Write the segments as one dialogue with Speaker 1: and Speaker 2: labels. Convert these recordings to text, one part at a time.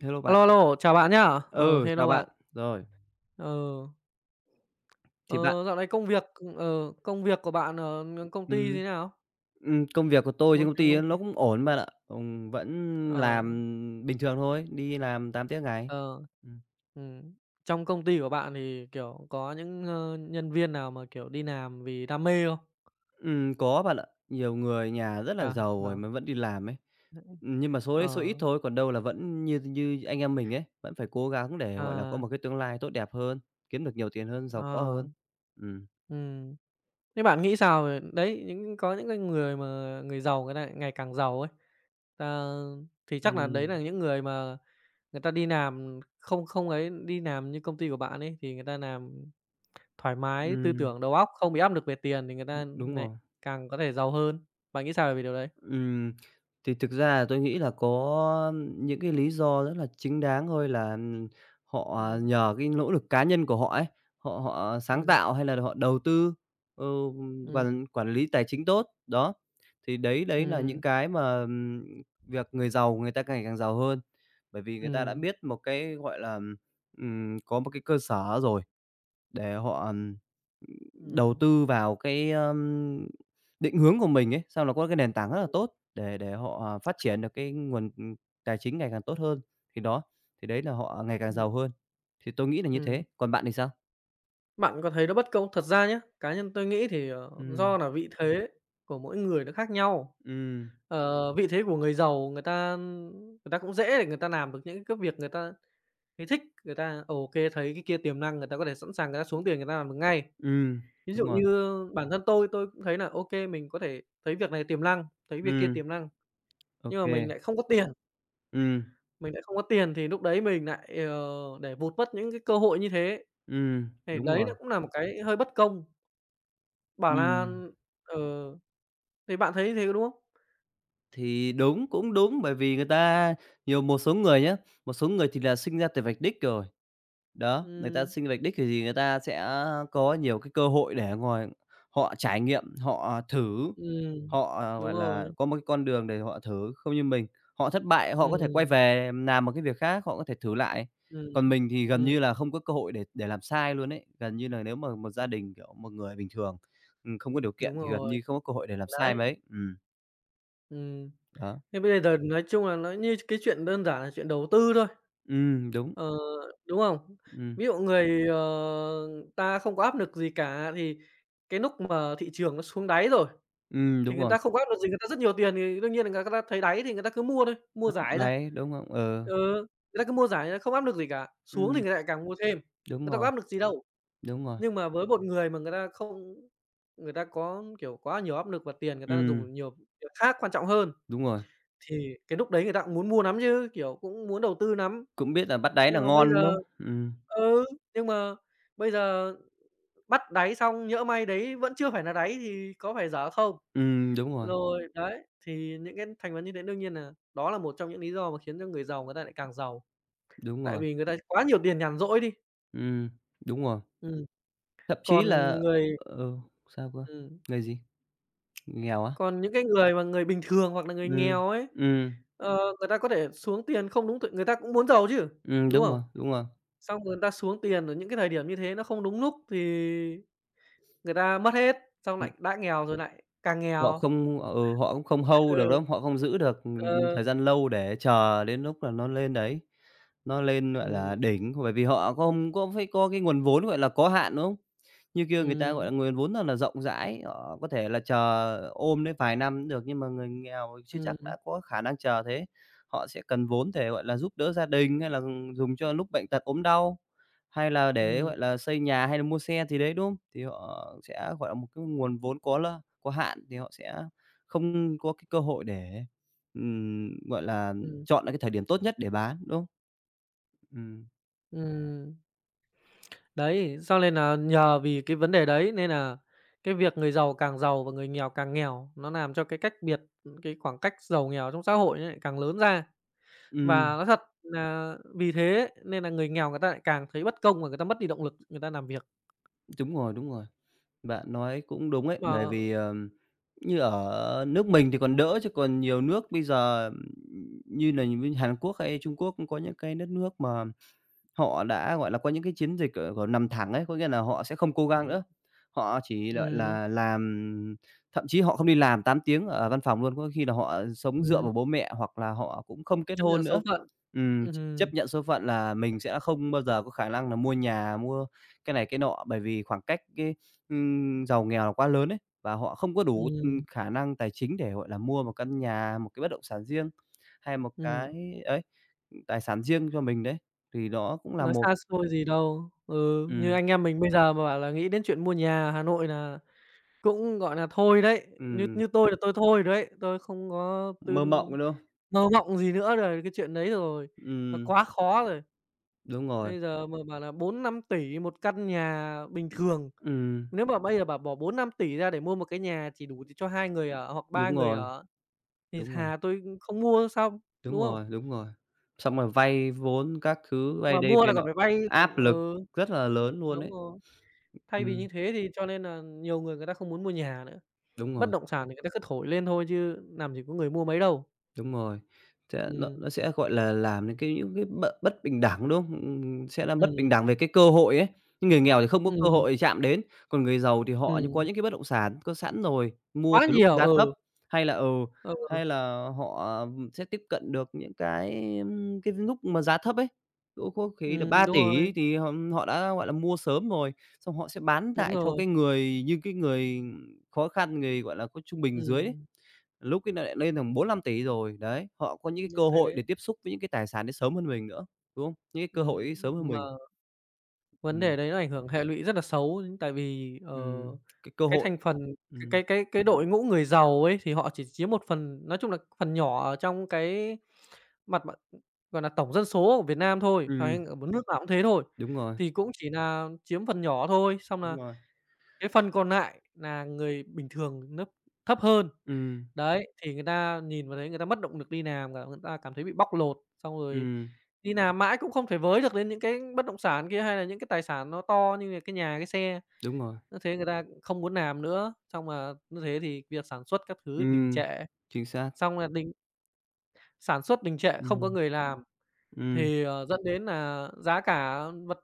Speaker 1: Hello bạn.
Speaker 2: Alo, alo, chào bạn nhá. Ờ,
Speaker 1: Ừ, chào
Speaker 2: hello
Speaker 1: bạn.
Speaker 2: bạn.
Speaker 1: Rồi,
Speaker 2: Ờ,
Speaker 1: thì bạn
Speaker 2: ờ, dạo này công việc, công việc của bạn ở công ty
Speaker 1: ừm,
Speaker 2: thế nào?
Speaker 1: công việc của tôi trên
Speaker 2: Môi
Speaker 1: công
Speaker 2: trường
Speaker 1: ty á,
Speaker 2: công
Speaker 1: nó
Speaker 2: ty.
Speaker 1: cũng ổn bạn ạ. Vẫn
Speaker 2: Ờ.
Speaker 1: làm bình thường thôi, đi làm 8 tiếng ngày.
Speaker 2: Ờ.
Speaker 1: Ừm.
Speaker 2: Ừm. Trong công ty của bạn thì, kiểu, có những, nhân viên nào mà, kiểu, đi làm vì đam mê không?
Speaker 1: Có bạn ạ. Nhiều người nhà rất là
Speaker 2: À.
Speaker 1: giàu rồi
Speaker 2: Ờ.
Speaker 1: mà vẫn đi làm ấy. Nhưng mà số
Speaker 2: Ờ.
Speaker 1: đấy số ít thôi, còn đâu là vẫn như như anh em mình ấy, vẫn phải cố gắng để, gọi là, có
Speaker 2: À.
Speaker 1: một cái tương lai tốt đẹp hơn, kiếm được nhiều tiền hơn, giàu có
Speaker 2: Ờ.
Speaker 1: hơn. Ừm.
Speaker 2: Ừm. Thế bạn nghĩ sao về đấy, có những cái người mà người giàu người ta lại ngày càng giàu ấy, ờ, thì chắc là đấy
Speaker 1: Ừm,
Speaker 2: là những người mà người ta đi làm không không ấy, đi làm như công ty của bạn ấy, thì người ta làm thoải mái tư
Speaker 1: ừm,
Speaker 2: tưởng, đầu óc, không bị áp lực về tiền thì người ta
Speaker 1: đúng
Speaker 2: lại
Speaker 1: rồi.
Speaker 2: càng có thể giàu hơn. Bạn nghĩ sao về điều đấy?
Speaker 1: Ừm, thì thực ra là tôi nghĩ là có những cái lý do rất là chính đáng thôi là, họ
Speaker 2: Ừm.
Speaker 1: nhờ cái nỗ lực cá nhân của họ ấy, họ họ sáng
Speaker 2: Ừm.
Speaker 1: tạo hay là họ đầu tư, ừ,
Speaker 2: Ừm.
Speaker 1: quản quản lý tài chính tốt. Đó, thì đấy đấy là những
Speaker 2: Ừm.
Speaker 1: cái mà, việc người giàu người ta ngày càng giàu hơn, bởi vì người ta đã
Speaker 2: Ừm.
Speaker 1: biết một cái, gọi là, có một cái cơ sở rồi để họ, đầu
Speaker 2: Ừm.
Speaker 1: tư vào cái, định hướng của mình ấy, xong là có cái nền tảng rất là tốt để họ, à, phát triển được cái nguồn, tài chính ngày càng tốt hơn, thì đó, thì đấy là họ ngày càng
Speaker 2: Ừm.
Speaker 1: giàu hơn. Thì tôi nghĩ là như thế,
Speaker 2: Ừm.
Speaker 1: còn bạn thì sao?
Speaker 2: Bạn có thấy nó bất công thật ra nhé, cá nhân tôi nghĩ thì,
Speaker 1: Ừ,
Speaker 2: do là vị thế của mỗi người nó khác nhau.
Speaker 1: ừ,
Speaker 2: Vị thế của người giàu người ta cũng dễ để người ta làm được những cái việc người ta thấy thích, người ta, ok thấy cái kia tiềm năng, người ta có thể sẵn sàng người ta xuống tiền người ta làm được ngay.
Speaker 1: ừm,
Speaker 2: Ví
Speaker 1: đúng
Speaker 2: dụ
Speaker 1: rồi.
Speaker 2: như bản thân tôi cũng thấy là, ok mình có thể thấy việc này tiềm năng, thấy việc kia
Speaker 1: Ừ,
Speaker 2: tiềm năng, nhưng mà
Speaker 1: ok. Ừ, ừ,
Speaker 2: mình lại không có tiền thì lúc đấy mình lại, để vụt mất những cái cơ hội như thế, thì
Speaker 1: đúng
Speaker 2: đấy
Speaker 1: rồi.
Speaker 2: nó cũng là một cái hơi bất công. Bảo
Speaker 1: Ừ,
Speaker 2: là ờ, thì bạn thấy như thế có đúng không?
Speaker 1: thì đúng, cũng đúng, bởi vì người ta nhiều một số người nhé, một số người thì là sinh ra từ vạch đích rồi. Đó, người ta
Speaker 2: Ừm.
Speaker 1: sinh vạch đích thì gì người ta sẽ có nhiều cái cơ hội để ngồi họ trải nghiệm, họ thử,
Speaker 2: Ừm.
Speaker 1: họ, ờ,
Speaker 2: Đúng
Speaker 1: gọi là,
Speaker 2: rồi.
Speaker 1: có một cái con đường để họ thử, không như mình, họ thất bại họ có thể quay
Speaker 2: Ừm.
Speaker 1: về làm một cái việc khác, họ có thể thử lại.
Speaker 2: Ừm.
Speaker 1: Còn mình thì gần
Speaker 2: Ừm.
Speaker 1: như là không có cơ hội để làm sai luôn ấy, gần như là nếu mà một gia đình, kiểu, một người bình thường, không có điều kiện
Speaker 2: Đúng
Speaker 1: thì gần
Speaker 2: rồi.
Speaker 1: như không có cơ hội để làm sai
Speaker 2: Đấy.
Speaker 1: mấy.
Speaker 2: Ừm.
Speaker 1: Đó.
Speaker 2: Thế bây giờ nói chung là nó như cái chuyện đơn giản là chuyện đầu tư thôi.
Speaker 1: Đúng,
Speaker 2: Ờ, đúng không?
Speaker 1: ừm,
Speaker 2: Ví dụ người ta không có áp nực gì cả thì cái núc mà thị trường nó xuống đáy rồi, thì
Speaker 1: đúng
Speaker 2: người
Speaker 1: rồi,
Speaker 2: ta không có áp lực gì, người ta rất nhiều tiền thì đương nhiên là người ta thấy đáy thì người ta cứ mua thôi, mua
Speaker 1: bắt
Speaker 2: rải ra.
Speaker 1: đáy, đúng không? Ừ,
Speaker 2: Ừ, người ta cứ mua rải ra không áp lực gì cả, xuống thì
Speaker 1: ừm,
Speaker 2: người ta lại càng mua thêm,
Speaker 1: đúng
Speaker 2: người ta có
Speaker 1: rồi,
Speaker 2: áp lực gì đâu.
Speaker 1: đúng rồi,
Speaker 2: Nhưng mà với một người mà người ta không, người ta có, kiểu, quá nhiều áp lực và tiền người ta
Speaker 1: ừm.
Speaker 2: dùng nhiều việc khác quan trọng hơn,
Speaker 1: Đúng rồi,
Speaker 2: thì cái núc đấy người ta cũng muốn mua lắm chứ, kiểu, cũng muốn đầu tư lắm.
Speaker 1: cũng biết là bắt đáy
Speaker 2: Nhưng
Speaker 1: là
Speaker 2: mà bây
Speaker 1: ngon, đúng
Speaker 2: giờ
Speaker 1: không?
Speaker 2: ừ, nhưng mà bây giờ bắt đáy xong nhỡ may đấy vẫn chưa phải là đáy thì có phải dở không?
Speaker 1: Đúng rồi,
Speaker 2: Rồi, đấy, thì những cái thành vấn như thế đương nhiên nà đó là một trong những lý do mà khiến cho người giàu người ta lại càng giàu,
Speaker 1: đúng
Speaker 2: tại
Speaker 1: rồi,
Speaker 2: vì người ta quá nhiều tiền nhàn rỗi đi.
Speaker 1: ừm, đúng rồi.
Speaker 2: Ừm,
Speaker 1: Thậm chí
Speaker 2: còn
Speaker 1: là
Speaker 2: người
Speaker 1: ừ, sao cơ?
Speaker 2: ừm.
Speaker 1: Người gì? Người nghèo á?
Speaker 2: Còn những cái người mà người bình thường hoặc là người
Speaker 1: Ừm,
Speaker 2: nghèo ấy,
Speaker 1: ừm,
Speaker 2: người ta có thể xuống tiền không đúng thời người ta cũng muốn giàu chứ, đúng
Speaker 1: đúng
Speaker 2: không?
Speaker 1: rồi, đúng rồi.
Speaker 2: Xong rồi người ta xuống tiền ở những cái thời điểm như thế nó không đúng lúc thì người ta mất hết, xong lại đã nghèo rồi lại càng
Speaker 1: Họ
Speaker 2: nghèo.
Speaker 1: không ừ, họ cũng không hold được
Speaker 2: Ừ.
Speaker 1: lắm, họ không giữ được,
Speaker 2: Ờ.
Speaker 1: thời gian lâu để chờ đến lúc là nó lên đấy, nó lên, gọi là,
Speaker 2: Ừm.
Speaker 1: đỉnh, bởi vì họ không có phải có cái nguồn vốn, gọi là, có hạn, đúng không? Như kia người ta, gọi là,
Speaker 2: Ừm.
Speaker 1: nguồn vốn rất là rộng rãi, họ có thể là chờ ôm đến vài năm cũng được, nhưng mà người nghèo chưa chắc đã
Speaker 2: Ừm.
Speaker 1: có khả năng chờ thế. Họ sẽ cần vốn để, gọi là, giúp đỡ gia đình hay là dùng cho lúc bệnh tật, ốm đau. Hay là để,
Speaker 2: Ừm.
Speaker 1: gọi là, xây nhà hay là mua xe thì đấy, đúng không? Thì họ sẽ, gọi là, một cái nguồn vốn có là có hạn thì họ sẽ không có cái cơ hội để, gọi là,
Speaker 2: Ừm.
Speaker 1: chọn ra cái thời điểm tốt nhất để bán, đúng không? Ừm,
Speaker 2: Ừm. Đấy, cho nên là nhờ vì cái vấn đề đấy nên là cái việc người giàu càng giàu và người nghèo càng nghèo, nó làm cho cái cách biệt, cái khoảng cách giàu nghèo trong xã hội nó lại càng lớn ra.
Speaker 1: ừm,
Speaker 2: Và nói thật nà vì thế nên là người nghèo người ta lại càng thấy bất công và người ta mất đi động lực người ta làm việc.
Speaker 1: đúng rồi, đúng rồi. Bạn nói cũng đúng ấy,
Speaker 2: Mà
Speaker 1: bởi vì, như ở nước mình thì còn đỡ, chứ còn nhiều nước bây giờ, như là như Hàn Quốc hay Trung Quốc cũng có những cái đất nước mà họ đã, gọi là, có những cái chiến dịch, gọi là, nằm thẳng ấy, có nghĩa là họ sẽ không cố gắng
Speaker 2: ừm,
Speaker 1: nữa. Họ chỉ, gọi
Speaker 2: ừm,
Speaker 1: là, làm thậm chí họ không đi làm 8 tiếng ở văn phòng luôn, có khi là họ sống dựa
Speaker 2: ừm,
Speaker 1: vào bố mẹ hoặc là họ cũng không kết
Speaker 2: chấp nhận
Speaker 1: hôn nữa.
Speaker 2: số phận.
Speaker 1: Ch
Speaker 2: Ừm,
Speaker 1: chấp nhận số phận là mình sẽ không bao giờ có khả năng là mua nhà, mua cái này cái nọ, bởi vì khoảng cách cái, giàu nghèo là quá lớn ấy, và họ không có đủ,
Speaker 2: ừm,
Speaker 1: khả năng tài chính để, gọi là, mua một căn nhà, một cái bất động sản riêng, hay một
Speaker 2: ừm,
Speaker 1: cái ấy, tài sản riêng cho mình đấy. Thì đó cũng là
Speaker 2: nói
Speaker 1: một
Speaker 2: xa xôi gì đâu. Ừ, như
Speaker 1: ừm,
Speaker 2: anh em mình bây giờ mà bảo là nghĩ đến chuyện mua nhà ở Hà Nội là cũng, gọi là thôi đấy, như
Speaker 1: ừm,
Speaker 2: như tôi là tôi thôi rồi đấy, tôi không có tư
Speaker 1: mơ mộng, đúng không?
Speaker 2: mơ mộng gì nữa rồi, cái chuyện đấy rồi, nó
Speaker 1: Ừm,
Speaker 2: quá khó rồi.
Speaker 1: đúng rồi,
Speaker 2: Bây giờ mà bảo là bốn năm tỷ một căn nhà bình thường,
Speaker 1: ừm,
Speaker 2: nếu mà bây giờ bảo bỏ bốn năm tỷ ra để mua một cái nhà chỉ đủ cho 2 người ở hoặc 3
Speaker 1: đúng
Speaker 2: người
Speaker 1: rồi,
Speaker 2: ở thì
Speaker 1: đúng rồi,
Speaker 2: thà tôi không mua xong,
Speaker 1: đúng
Speaker 2: đúng không?
Speaker 1: rồi, đúng rồi. Xong rồi vay vốn các thứ, vay
Speaker 2: Mà
Speaker 1: đây
Speaker 2: mua
Speaker 1: vay
Speaker 2: là còn
Speaker 1: nọ,
Speaker 2: phải vay.
Speaker 1: áp lực
Speaker 2: Ừ,
Speaker 1: rất là lớn luôn
Speaker 2: đúng
Speaker 1: ấy.
Speaker 2: rồi. Thay vì
Speaker 1: Ừm,
Speaker 2: như thế thì cho nên nà nhiều người người ta không muốn mua nhà nữa,
Speaker 1: đúng
Speaker 2: bất
Speaker 1: rồi.
Speaker 2: động sản thì người ta cứ thổi lên thôi chứ làm gì có người mua mấy đâu.
Speaker 1: Đúng rồi, sẽ nó
Speaker 2: Ừm.
Speaker 1: nó sẽ, gọi là, làm những cái bất bình đẳng, đúng không? Sẽ làm bất
Speaker 2: Ừm.
Speaker 1: bình đẳng về cái cơ hội ấy, nhưng người nghèo thì không có cơ
Speaker 2: Ừm.
Speaker 1: hội chạm đến, còn người giàu thì họ như có
Speaker 2: Ừm.
Speaker 1: những cái bất động sản có sẵn rồi, mua
Speaker 2: Quá
Speaker 1: từ lúc
Speaker 2: nhiều.
Speaker 1: giá
Speaker 2: Ừ.
Speaker 1: thấp, hay là ừ,
Speaker 2: Ừ.
Speaker 1: hay là họ, sẽ tiếp cận được những cái, cái lúc mà giá thấp ấy. Cũng có khi là
Speaker 2: Ừm.
Speaker 1: ba
Speaker 2: Đúng
Speaker 1: tỷ
Speaker 2: rồi.
Speaker 1: thì họ họ đã, gọi là, mua sớm rồi, xong họ sẽ bán
Speaker 2: Đúng
Speaker 1: lại cho
Speaker 2: rồi.
Speaker 1: cái người như cái người khó khăn, người, gọi là, có trung bình dưới ấy,
Speaker 2: Ừm.
Speaker 1: lúc ấy nó lại lên tầm bốn 000 tỷ rồi, đấy, họ có những cái
Speaker 2: Như
Speaker 1: cơ hội để
Speaker 2: thế.
Speaker 1: tiếp xúc với những cái tài sản đấy sớm hơn mình nữa, đúng không? Những cái cơ
Speaker 2: Ừm.
Speaker 1: hội ấy sớm hơn
Speaker 2: Mà
Speaker 1: mình.
Speaker 2: vấn
Speaker 1: Ừm,
Speaker 2: đề đấy nó ảnh hưởng hệ lụy rất là xấu, tại vì,
Speaker 1: ừm, cái cơ
Speaker 2: cái
Speaker 1: hội
Speaker 2: thành phần
Speaker 1: ừm,
Speaker 2: cái đội ngũ người giàu ấy thì họ chỉ chiếm một phần nói chung là phần nhỏ ở trong cái mặt mặt gọi là, tổng dân số của Việt Nam thôi,
Speaker 1: ừm,
Speaker 2: hay ở một nước nào cũng thế thôi,
Speaker 1: đúng rồi,
Speaker 2: thì cũng chỉ nà chiếm phần nhỏ thôi, xong
Speaker 1: đúng
Speaker 2: là
Speaker 1: rồi,
Speaker 2: cái phần còn lại là người bình thường nấp thấp hơn.
Speaker 1: ừm,
Speaker 2: Đấy, thì người ta nhìn vào đấy người ta mất động lực đi làm và người ta cảm thấy bị bóc lột, xong rồi
Speaker 1: ừm,
Speaker 2: đi làm mãi cũng không thể với được đến những cái bất động sản kia, hay là những cái tài sản nó to như là cái nhà, cái xe.
Speaker 1: đúng rồi,
Speaker 2: Như thế người ta không muốn làm nữa, xong mà như thế thì việc sản xuất các thứ đình
Speaker 1: ừm,
Speaker 2: trệ,
Speaker 1: chính xác,
Speaker 2: xong là đình sản xuất đình trệ, không có
Speaker 1: ừm,
Speaker 2: người làm.
Speaker 1: ừm,
Speaker 2: Thì, dẫn đến là giá cả vật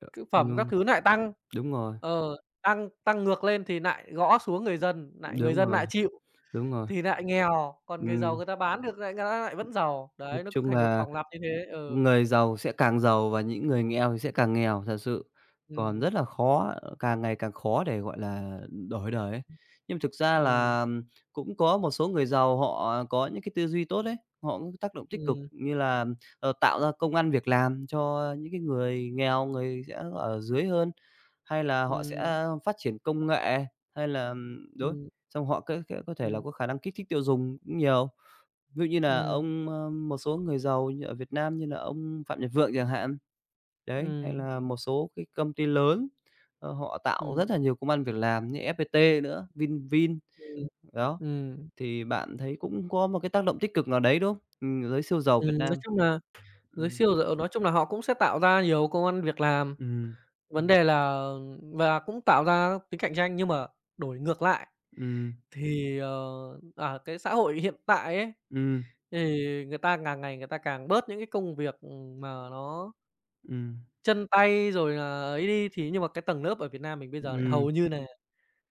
Speaker 1: ờ,
Speaker 2: thực phẩm các
Speaker 1: ừm,
Speaker 2: thứ lại tăng,
Speaker 1: đúng rồi,
Speaker 2: ờ, tăng tăng ngược lên thì lại gõ xuống người
Speaker 1: đúng
Speaker 2: dân
Speaker 1: rồi,
Speaker 2: lại chịu
Speaker 1: đúng rồi,
Speaker 2: thì lại nghèo, còn người giàu
Speaker 1: ừm.
Speaker 2: người ta bán được lại người ta lại vẫn giàu.
Speaker 1: Nói
Speaker 2: Đấy, nó cứ
Speaker 1: chung
Speaker 2: thành một
Speaker 1: là
Speaker 2: vòng lặp như thế. Ừ.
Speaker 1: người giàu sẽ càng giàu và những người nghèo thì sẽ càng nghèo thật sự, còn
Speaker 2: Ừ.
Speaker 1: rất là khó, càng ngày càng khó để, gọi là, đổi đời ấy. Nhưng thực ra
Speaker 2: Ừ.
Speaker 1: là cũng có một số người giàu họ có những cái tư duy tốt đấy, họ cũng tác động tích cực
Speaker 2: Ừ.
Speaker 1: như là, ờ, tạo ra công ăn việc làm cho những cái người nghèo, người sẽ ở dưới hơn, hay là họ
Speaker 2: Ừ.
Speaker 1: sẽ phát triển công nghệ, hay là, đối,
Speaker 2: Ừ.
Speaker 1: xong họ có thể là
Speaker 2: Ừm.
Speaker 1: có khả năng kích thích tiêu dùng cũng nhiều. Ví dụ như là
Speaker 2: Ừm.
Speaker 1: ông, ơ, một số người giàu như ở Việt Nam như là ông Phạm Nhật Vượng chẳng hạn,
Speaker 2: Ừm.
Speaker 1: đấy, hay
Speaker 2: Ừm.
Speaker 1: là một số cái công ty lớn, ờ, họ tạo rất là nhiều công ăn việc làm như FPT nữa, Vinvin,
Speaker 2: Ừm.
Speaker 1: đó,
Speaker 2: Ừm.
Speaker 1: thì bạn thấy cũng có một cái tác động tích cực nào đấy, đúng không? Giới siêu giàu
Speaker 2: Ừm.
Speaker 1: Việt
Speaker 2: nói
Speaker 1: Nam.
Speaker 2: chung là giới
Speaker 1: Ừm,
Speaker 2: siêu d nói chung là họ cũng sẽ tạo ra nhiều công ăn việc làm.
Speaker 1: ừm,
Speaker 2: Vấn đề là và cũng tạo ra tính cạnh tranh, nhưng mà đổi ngược lại
Speaker 1: ừm,
Speaker 2: thì, cái xã hội hiện tại ấy,
Speaker 1: ừm,
Speaker 2: thì người ta càng ngày người ta càng bớt những cái công việc, mà nó
Speaker 1: ừm,
Speaker 2: chân tay rồi là ấy đi, thì nhưng mà cái tầng lớp ở Việt Nam mình bây giờ lại
Speaker 1: ừm,
Speaker 2: hầu như là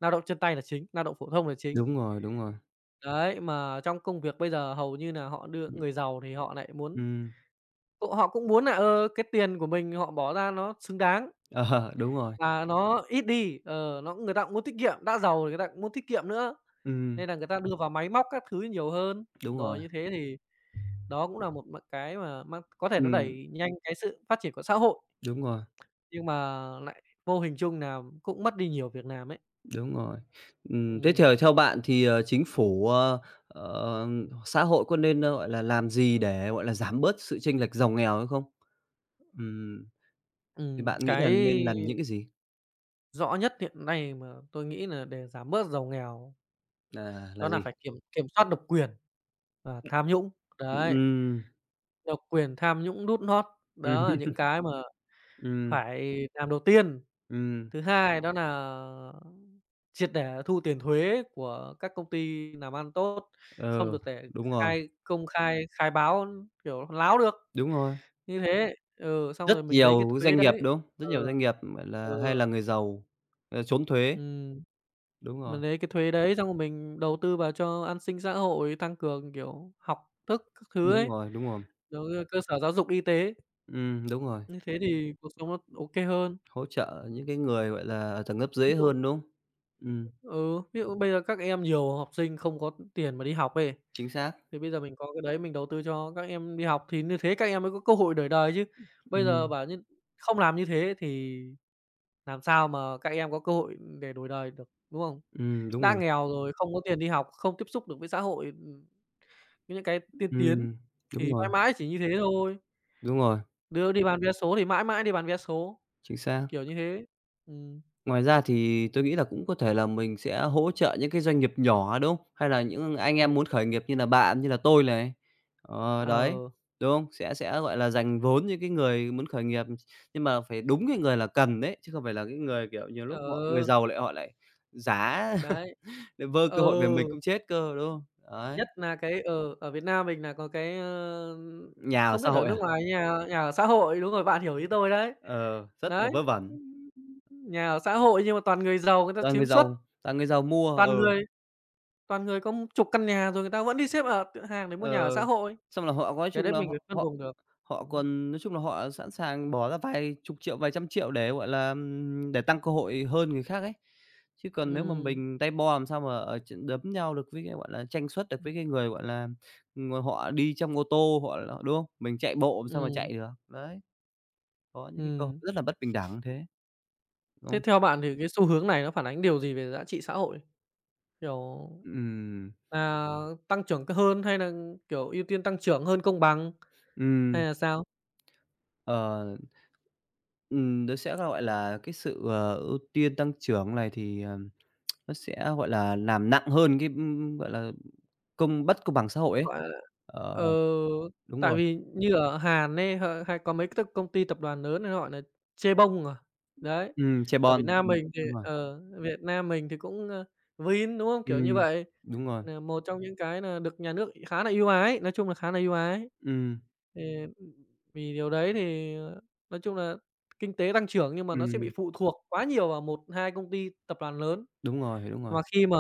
Speaker 2: lao động chân tay là chính, lao động phổ thông là chính.
Speaker 1: đúng rồi,
Speaker 2: Đấy, mà trong công việc bây giờ hầu như là họ đưa
Speaker 1: ừm,
Speaker 2: người giàu thì họ lại muốn
Speaker 1: ừm,
Speaker 2: họ cũng muốn là cái tiền của mình họ bỏ ra nó xứng đáng.
Speaker 1: ờ, đúng rồi,
Speaker 2: Là nó ít đi, nó người ta cũng muốn tiết kiệm, đã giàu thì người ta cũng muốn tiết kiệm nữa,
Speaker 1: ừm,
Speaker 2: nên là người ta đưa vào máy móc các thứ nhiều hơn.
Speaker 1: đúng
Speaker 2: Rồi
Speaker 1: rồi,
Speaker 2: như thế thì đó cũng là một cái mà mang có thể nó
Speaker 1: ừm,
Speaker 2: đẩy nhanh cái sự phát triển của xã hội,
Speaker 1: đúng rồi.
Speaker 2: nhưng mà lại vô hình chung nà cũng mất đi nhiều việc làm ấy.
Speaker 1: Đúng rồi. Thế thì,
Speaker 2: Ừm.
Speaker 1: ờ, theo bạn thì, ờ, chính phủ, ờ, ờ, xã hội có nên, ơ, gọi là, làm gì để, gọi là, giảm bớt sự chênh lệch giàu nghèo hay không? Ừm, thì
Speaker 2: Ừm.
Speaker 1: bạn nghĩ là
Speaker 2: Cái
Speaker 1: nên làm những cái gì?
Speaker 2: rõ nhất hiện nay mà tôi nghĩ là để giảm bớt giàu nghèo
Speaker 1: Là
Speaker 2: đó là
Speaker 1: gì?
Speaker 2: phải kiểm kiểm soát độc quyền và tham nhũng. Đấy,
Speaker 1: Ừm,
Speaker 2: độc quyền, tham nhũng, đút nót,
Speaker 1: ừm
Speaker 2: đó là những cái mà
Speaker 1: ừm,
Speaker 2: phải làm đầu tiên.
Speaker 1: ừm,
Speaker 2: Thứ hai đó là triệt để thu tiền thuế của các công ty làm ăn tốt,
Speaker 1: ờ,
Speaker 2: không được để
Speaker 1: đúng rồi,
Speaker 2: khai công khai khai báo, kiểu, láo được,
Speaker 1: đúng rồi.
Speaker 2: như thế. Ừ, xong
Speaker 1: Rất
Speaker 2: rồi
Speaker 1: nhiều doanh nghiệp, đúng không? Rất nhiều
Speaker 2: ừ,
Speaker 1: doanh nghiệp, gọi
Speaker 2: ừ,
Speaker 1: là, hay là người giàu, ờ, trốn thuế.
Speaker 2: ừm,
Speaker 1: Đúng rồi,
Speaker 2: mình lấy cái thuế đấy xong rồi mình đầu tư vào cho an sinh xã hội, tăng cường, kiểu, học thức các thứ
Speaker 1: đúng
Speaker 2: ấy,
Speaker 1: rồi, đúng rồi.
Speaker 2: rồi cơ sở giáo dục, y tế,
Speaker 1: Đúng rồi,
Speaker 2: như thế thì cuộc sống nó ok hơn.
Speaker 1: hỗ trợ những cái người, gọi là, ở tầng lớp
Speaker 2: Ví
Speaker 1: dưới
Speaker 2: dụ
Speaker 1: hơn, đúng không? Ừm.
Speaker 2: ừ, ví dụ bây giờ các em nhiều học sinh không có tiền mà đi học ấy.
Speaker 1: Chính xác.
Speaker 2: Thì bây giờ mình có cái đấy mình đầu tư cho các em đi học thì như thế các em mới có cơ hội đổi đời chứ. Bây giờ
Speaker 1: Ừm,
Speaker 2: bảo như không làm như thế thì làm sao mà các em có cơ hội để đổi đời được, đúng không?
Speaker 1: đúng
Speaker 2: Đã
Speaker 1: rồi.
Speaker 2: nghèo rồi, không có tiền đi học, không tiếp xúc được với xã hội, với những cái tiên tiến
Speaker 1: Ừm, đúng
Speaker 2: thì
Speaker 1: rồi,
Speaker 2: mãi mãi chỉ như thế thôi.
Speaker 1: đúng rồi,
Speaker 2: Đứa đi bán vé số thì mãi mãi đi bán vé số,
Speaker 1: chính xác.
Speaker 2: kiểu như thế. Ừm.
Speaker 1: Ngoài ra thì tôi nghĩ là cũng có thể là mình sẽ hỗ trợ những cái doanh nghiệp nhỏ, đúng không? Hay là những anh
Speaker 2: Ừm.
Speaker 1: em muốn khởi nghiệp như là bạn, như là tôi này. Ờ, đấy,
Speaker 2: Ờ.
Speaker 1: đúng không? Sẽ, gọi là, dành vốn những cái người muốn khởi nghiệp, nhưng mà phải đúng cái người là cần đấy, chứ không phải là cái người, kiểu, nhiều
Speaker 2: Ờ.
Speaker 1: lúc họ người giàu lại họ lại giả
Speaker 2: Đấy.
Speaker 1: lại vơ cơ
Speaker 2: Ừ.
Speaker 1: hội về mình cũng chết cơ, đúng không? Đấy,
Speaker 2: Nhất là cái ở ở Việt Nam mình là có cái,
Speaker 1: nhà ở
Speaker 2: không
Speaker 1: xã
Speaker 2: biết ở
Speaker 1: hội à?
Speaker 2: nước ngoài nhà nhà ở xã hội, đúng rồi, bạn hiểu ý tôi đấy.
Speaker 1: Ờ, rất là
Speaker 2: Đấy.
Speaker 1: vớ vẩn.
Speaker 2: Nhà ở xã hội nhưng mà toàn người giàu người ta
Speaker 1: Toàn người
Speaker 2: chiếm suất,
Speaker 1: giàu, toàn người giàu mua,
Speaker 2: toàn
Speaker 1: ờ,
Speaker 2: người toàn người có chục căn nhà rồi người ta vẫn đi xếp ở cửa hàng để mua nhà ở xã
Speaker 1: ờ,
Speaker 2: hội,
Speaker 1: xong là họ có nói
Speaker 2: cái
Speaker 1: chung
Speaker 2: đấy
Speaker 1: là
Speaker 2: mình phải
Speaker 1: họ
Speaker 2: phân
Speaker 1: họ
Speaker 2: vùng được.
Speaker 1: họ
Speaker 2: Ừm.
Speaker 1: còn nói chung là họ sẵn sàng bỏ ra vài chục triệu, vài trăm triệu để, gọi là, để tăng cơ hội hơn người khác ấy. Chứ còn nếu mà
Speaker 2: Ừm.
Speaker 1: mình tay bo làm sao mà, ờ, đấm nhau được với cái, gọi là, tranh suất được với cái người, gọi là, họ đi trong ô tô, họ là đúng không? Mình chạy bộ làm sao mà
Speaker 2: Ừm.
Speaker 1: chạy được. Đấy, có những cái cơ hội
Speaker 2: Ừm.
Speaker 1: rất là bất bình đẳng thế, đúng
Speaker 2: Thế
Speaker 1: không?
Speaker 2: theo bạn thì cái xu hướng này nó phản ánh điều gì về giá trị xã hội? Kiểu
Speaker 1: Ừm,
Speaker 2: nà tăng trưởng hơn hay là kiểu, ưu tiên tăng trưởng hơn công bằng
Speaker 1: ừm.
Speaker 2: hay là sao?
Speaker 1: Ờ. Nó sẽ, gọi là, cái sự, ờ, ưu tiên tăng trưởng này thì, nó sẽ, gọi là, làm nặng hơn cái, gọi là, bất công bằng xã hội ấy.
Speaker 2: Gọi
Speaker 1: Ờ.
Speaker 2: Ờ,
Speaker 1: Đúng
Speaker 2: tại
Speaker 1: rồi.
Speaker 2: vì như ở Hàn ấy, hay có mấy cái công ty tập đoàn lớn này họ gọi là chê bông à. Đấy,
Speaker 1: Trẻ
Speaker 2: ở Việt
Speaker 1: con.
Speaker 2: Nam mình thì
Speaker 1: Đúng rồi.
Speaker 2: Việt Nam mình thì cũng, Vin, đúng không? Kiểu như
Speaker 1: Ừm.
Speaker 2: vậy,
Speaker 1: Đúng rồi.
Speaker 2: nà một trong những cái nà được nhà nước khá là ưu ái, nói chung là khá là ưu ái.
Speaker 1: Ừm,
Speaker 2: Thì vì điều đấy thì, nói chung là kinh tế tăng trưởng nhưng mà nó sẽ bị
Speaker 1: ừm.
Speaker 2: phụ thuộc quá nhiều vào một 2 công ty tập đoàn lớn.
Speaker 1: Đúng rồi, đúng rồi.
Speaker 2: Mà khi mà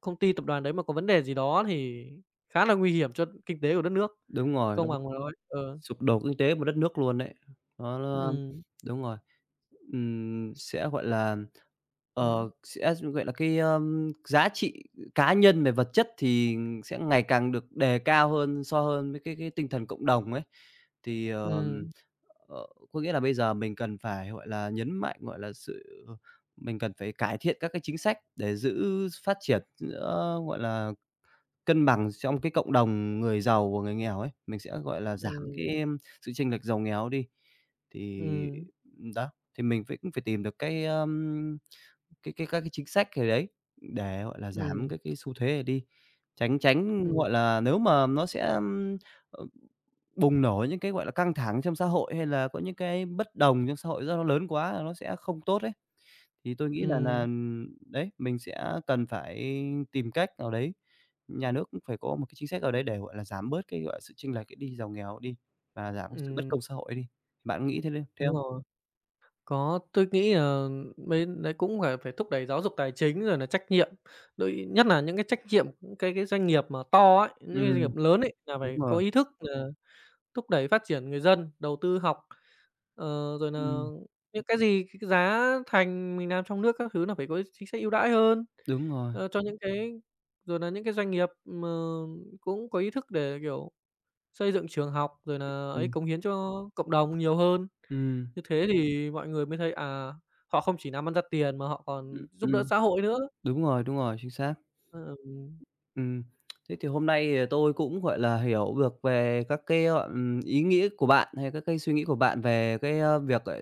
Speaker 2: công ty tập đoàn đấy mà có vấn đề gì đó thì khá là nguy hiểm cho kinh tế của đất nước,
Speaker 1: Đúng rồi, nó
Speaker 2: công bằng mà nói. Ờ.
Speaker 1: sụp đổ kinh tế một đất nước luôn đấy. Nó
Speaker 2: Ừm.
Speaker 1: đúng rồi, sẽ, gọi là, ờ,
Speaker 2: Ừm.
Speaker 1: sẽ, gọi là, cái, giá trị cá nhân về vật chất thì sẽ ngày càng được đề cao hơn với cái tinh thần cộng đồng ấy. Thì,
Speaker 2: Ừm.
Speaker 1: ờ, có nghĩa là bây giờ mình cần phải, gọi là, nhấn mạnh, gọi là, sự mình cần phải cải thiện các cái chính sách để giữ phát triển giữa, gọi là cân bằng trong cái cộng đồng người giàu và người nghèo ấy, mình sẽ, gọi là, giảm
Speaker 2: Ừm.
Speaker 1: cái, sự chênh lệch giàu nghèo đi. Thì,
Speaker 2: Ừm.
Speaker 1: đó, thì mình phải cũng phải tìm được cái, các cái chính sách gì đấy để, gọi là, giảm
Speaker 2: Ừm.
Speaker 1: cái xu thế này đi, tránh tránh,
Speaker 2: Ừm.
Speaker 1: gọi là, nếu mà nó sẽ, ờ, bùng nổ những cái, gọi là, căng thẳng trong xã hội hay là có những cái bất đồng trong xã hội do nó lớn quá là nó sẽ không tốt ấy. Thì tôi nghĩ là
Speaker 2: Ừm.
Speaker 1: đấy, mình sẽ cần phải tìm cách nào đấy, nhà nước cũng phải có một cái chính sách nào đấy để, gọi là, giảm bớt cái, gọi là, sự chênh lệch đi giàu nghèo đi và giảm cái sự bất
Speaker 2: Ừm.
Speaker 1: công xã hội đi. Bạn nghĩ thế
Speaker 2: Đúng
Speaker 1: không?
Speaker 2: rồi. Có, tôi nghĩ là mấy đấy cũng phải phải thúc đẩy giáo dục tài chính rồi là trách nhiệm, đội nhất là những cái trách nhiệm, những cái doanh nghiệp mà to ấy, những cái doanh
Speaker 1: Ừm,
Speaker 2: nghiệp lớn ấy là
Speaker 1: đúng
Speaker 2: phải
Speaker 1: rồi,
Speaker 2: có ý thức là thúc đẩy phát triển người dân, đầu tư học, ờ, rồi là
Speaker 1: ừm,
Speaker 2: những cái gì cái giá thành mình làm trong nước các thứ là phải có chính sách ưu đãi hơn,
Speaker 1: đúng rồi,
Speaker 2: cho những cái rồi là những cái doanh nghiệp mà cũng có ý thức để, kiểu, xây dựng trường học, rồi là ấy
Speaker 1: ừm,
Speaker 2: cống hiến cho cộng đồng nhiều hơn.
Speaker 1: ừm,
Speaker 2: Như thế thì mọi người mới thấy, à, họ không chỉ làm ăn ra tiền mà họ
Speaker 1: ừm,
Speaker 2: còn giúp đỡ
Speaker 1: ừm,
Speaker 2: xã hội nữa.
Speaker 1: đúng rồi, đúng rồi, chính xác.
Speaker 2: Ờ. Ừ.
Speaker 1: Ừm, thế thì hôm nay thì tôi cũng, gọi là, hiểu được về các cái, ờ, ý nghĩa của bạn hay các cái suy nghĩ của bạn về cái, ơ, việc, ờ,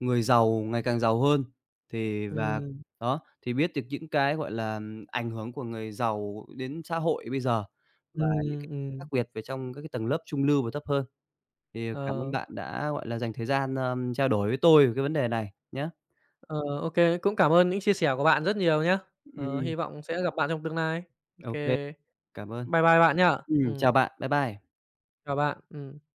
Speaker 1: người giàu ngày càng giàu hơn. Thì và
Speaker 2: Ừm.
Speaker 1: đó, thì biết được những cái, gọi là, ảnh hưởng của người giàu đến xã hội bây giờ và những cái
Speaker 2: Ừm.
Speaker 1: khác
Speaker 2: Ừm.
Speaker 1: biệt về trong các cái tầng lớp trung lưu và thấp hơn. Thì cảm ơn
Speaker 2: Ờ.
Speaker 1: bạn đã, gọi là, dành thời gian, trao đổi với tôi về cái vấn đề này nhé.
Speaker 2: Ờ, ô cũng cảm ơn những chia sẻ của bạn rất nhiều nhé. Ờ,
Speaker 1: Ừm,
Speaker 2: hy vọng sẽ gặp bạn trong tương lai.
Speaker 1: ô
Speaker 2: OK,
Speaker 1: cảm ơn.
Speaker 2: bye bye bạn nhá.
Speaker 1: Chào bạn, bye bye.
Speaker 2: Chào bạn.